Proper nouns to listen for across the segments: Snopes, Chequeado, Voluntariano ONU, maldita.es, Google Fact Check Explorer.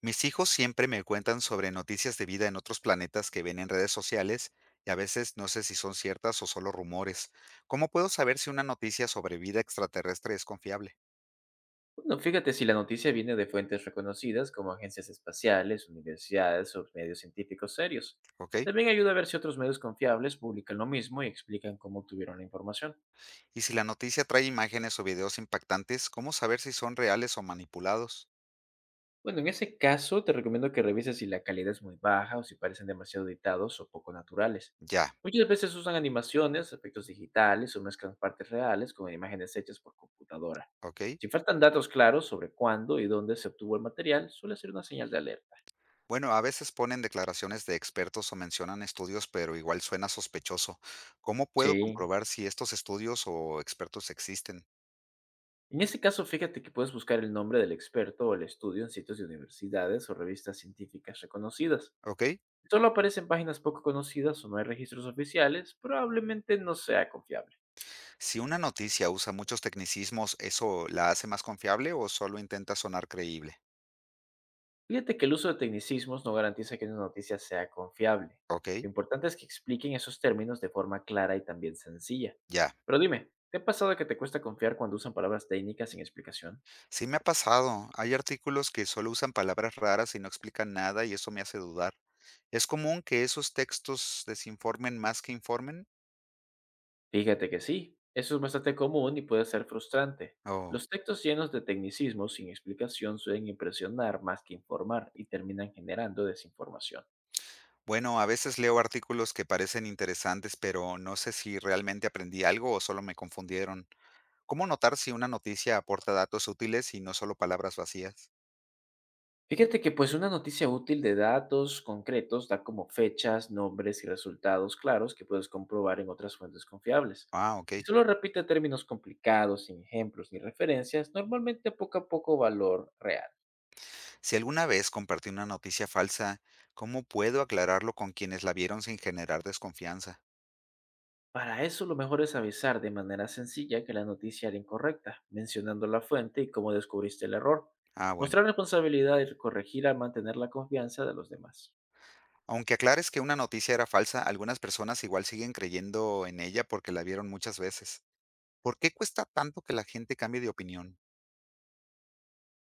Mis hijos siempre me cuentan sobre noticias de vida en otros planetas que ven en redes sociales y a veces no sé si son ciertas o solo rumores. ¿Cómo puedo saber si una noticia sobre vida extraterrestre es confiable? Bueno, fíjate si la noticia viene de fuentes reconocidas como agencias espaciales, universidades o medios científicos serios. ¿Ok? También ayuda a ver si otros medios confiables publican lo mismo y explican cómo obtuvieron la información. Y si la noticia trae imágenes o videos impactantes, ¿cómo saber si son reales o manipulados? Bueno, en ese caso te recomiendo que revises si la calidad es muy baja o si parecen demasiado editados o poco naturales. Ya, Muchas veces usan animaciones, efectos digitales o mezclan partes reales con imágenes hechas por computadora. ¿ok? Si faltan datos claros sobre cuándo y dónde se obtuvo el material, suele ser una señal de alerta. Bueno, a veces ponen declaraciones de expertos o mencionan estudios, pero igual suena sospechoso. ¿Cómo puedo Sí, comprobar si estos estudios o expertos existen? en ese caso, fíjate que puedes buscar el nombre del experto o el estudio en sitios de universidades o revistas científicas reconocidas. ¿Ok? Si solo aparecen páginas poco conocidas o no hay registros oficiales, probablemente no sea confiable. Si una noticia usa muchos tecnicismos, ¿eso la hace más confiable o solo intenta sonar creíble? Fíjate que el uso de tecnicismos no garantiza que una noticia sea confiable. Ok, Lo importante es que expliquen esos términos de forma clara y también sencilla. ya. Pero dime, ¿te ha pasado que te cuesta confiar cuando usan palabras técnicas sin explicación? Sí me ha pasado. Hay artículos que solo usan palabras raras y no explican nada y eso me hace dudar. ¿Es común que esos textos desinformen más que informen? Fíjate que sí, eso es bastante común y puede ser frustrante. Oh. Los textos llenos de tecnicismos sin explicación suelen impresionar más que informar y terminan generando desinformación. Bueno, a veces leo artículos que parecen interesantes, pero no sé si realmente aprendí algo o solo me confundieron. ¿Cómo notar si una noticia aporta datos útiles y no solo palabras vacías? Fíjate que pues una noticia útil de datos concretos da como fechas, nombres y resultados claros que puedes comprobar en otras fuentes confiables. Ah, ok. Si solo repite términos complicados, sin ejemplos ni referencias, normalmente poco a poco valor real. Si alguna vez compartí una noticia falsa, ¿cómo puedo aclararlo con quienes la vieron sin generar desconfianza? Para eso lo mejor es avisar de manera sencilla que la noticia era incorrecta, mencionando la fuente y cómo descubriste el error. Ah, bueno. Mostrar responsabilidad y corregir al mantener la confianza de los demás. Aunque aclares que una noticia era falsa, algunas personas igual siguen creyendo en ella porque la vieron muchas veces. ¿Por qué cuesta tanto que la gente cambie de opinión?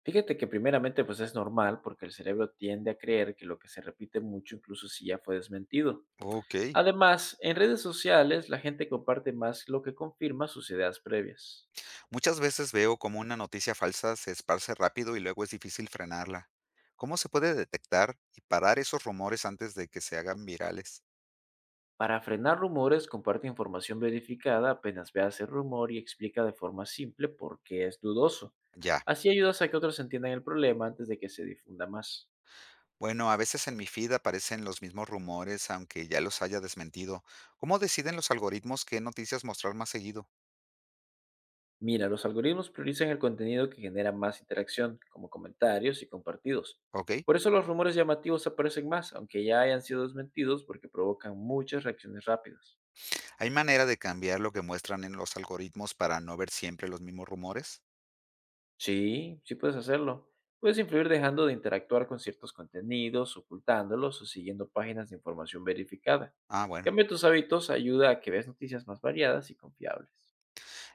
Fíjate que primeramente pues es normal porque el cerebro tiende a creer que lo que se repite mucho incluso si ya fue desmentido. Ok. Además, en redes sociales la gente comparte más lo que confirma sus ideas previas. Muchas veces veo como una noticia falsa se esparce rápido y luego es difícil frenarla. ¿Cómo se puede detectar y parar esos rumores antes de que se hagan virales? Para frenar rumores, comparte información verificada apenas veas el rumor y explica de forma simple por qué es dudoso. Ya. Así ayudas a que otros entiendan el problema antes de que se difunda más. Bueno, a veces en mi feed aparecen los mismos rumores, aunque ya los haya desmentido. ¿Cómo deciden los algoritmos qué noticias mostrar más seguido? Mira, los algoritmos priorizan el contenido que genera más interacción, como comentarios y compartidos. ¿Ok? Por eso los rumores llamativos aparecen más, aunque ya hayan sido desmentidos porque provocan muchas reacciones rápidas. ¿Hay manera de cambiar lo que muestran en los algoritmos para no ver siempre los mismos rumores? Sí, sí puedes hacerlo. Puedes influir dejando de interactuar con ciertos contenidos, ocultándolos o siguiendo páginas de información verificada. Ah, bueno. Cambia tus hábitos ayuda a que veas noticias más variadas y confiables.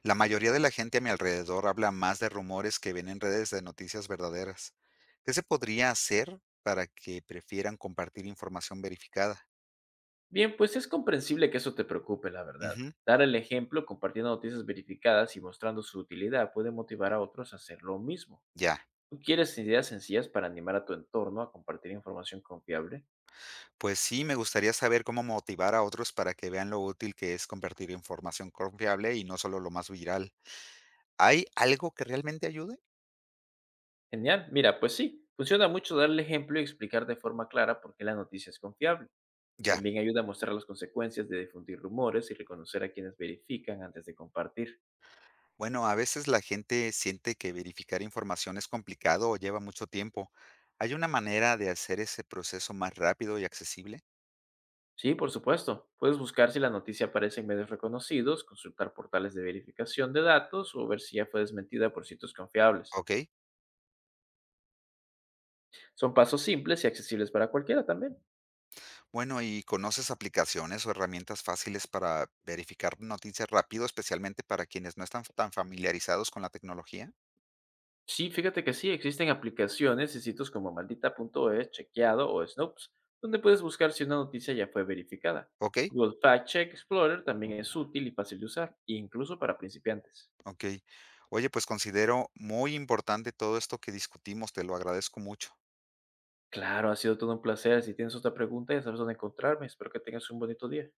La mayoría de la gente a mi alrededor habla más de rumores que ven en redes de noticias verdaderas. ¿Qué se podría hacer para que prefieran compartir información verificada? Bien, pues es comprensible que eso te preocupe, la verdad. Ujú, Dar el ejemplo compartiendo noticias verificadas y mostrando su utilidad puede motivar a otros a hacer lo mismo. ya. ¿Tú quieres ideas sencillas para animar a tu entorno a compartir información confiable? Pues sí, me gustaría saber cómo motivar a otros para que vean lo útil que es compartir información confiable y no solo lo más viral. ¿Hay algo que realmente ayude? Genial, mira, pues sí, funciona mucho dar el ejemplo y explicar de forma clara por qué la noticia es confiable. Ya. También ayuda a mostrar las consecuencias de difundir rumores y reconocer a quienes verifican antes de compartir. Bueno, a veces la gente siente que verificar información es complicado o lleva mucho tiempo. ¿Hay una manera de hacer ese proceso más rápido y accesible? Sí, por supuesto. Puedes buscar si la noticia aparece en medios reconocidos, consultar portales de verificación de datos o ver si ya fue desmentida por sitios confiables. Ok. Son pasos simples y accesibles para cualquiera también. Bueno, ¿y conoces aplicaciones o herramientas fáciles para verificar noticias rápido, especialmente para quienes no están tan familiarizados con la tecnología? Sí, fíjate que sí, existen aplicaciones y sitios como maldita.es, Chequeado o Snopes, donde puedes buscar si una noticia ya fue verificada. Ok. Google Fact Check Explorer también es útil y fácil de usar, incluso para principiantes. Okey. Oye, pues, considero muy importante todo esto que discutimos, te lo agradezco mucho. Claro, ha sido todo un placer. Si tienes otra pregunta, ya sabes dónde encontrarme. Espero que tengas un bonito día.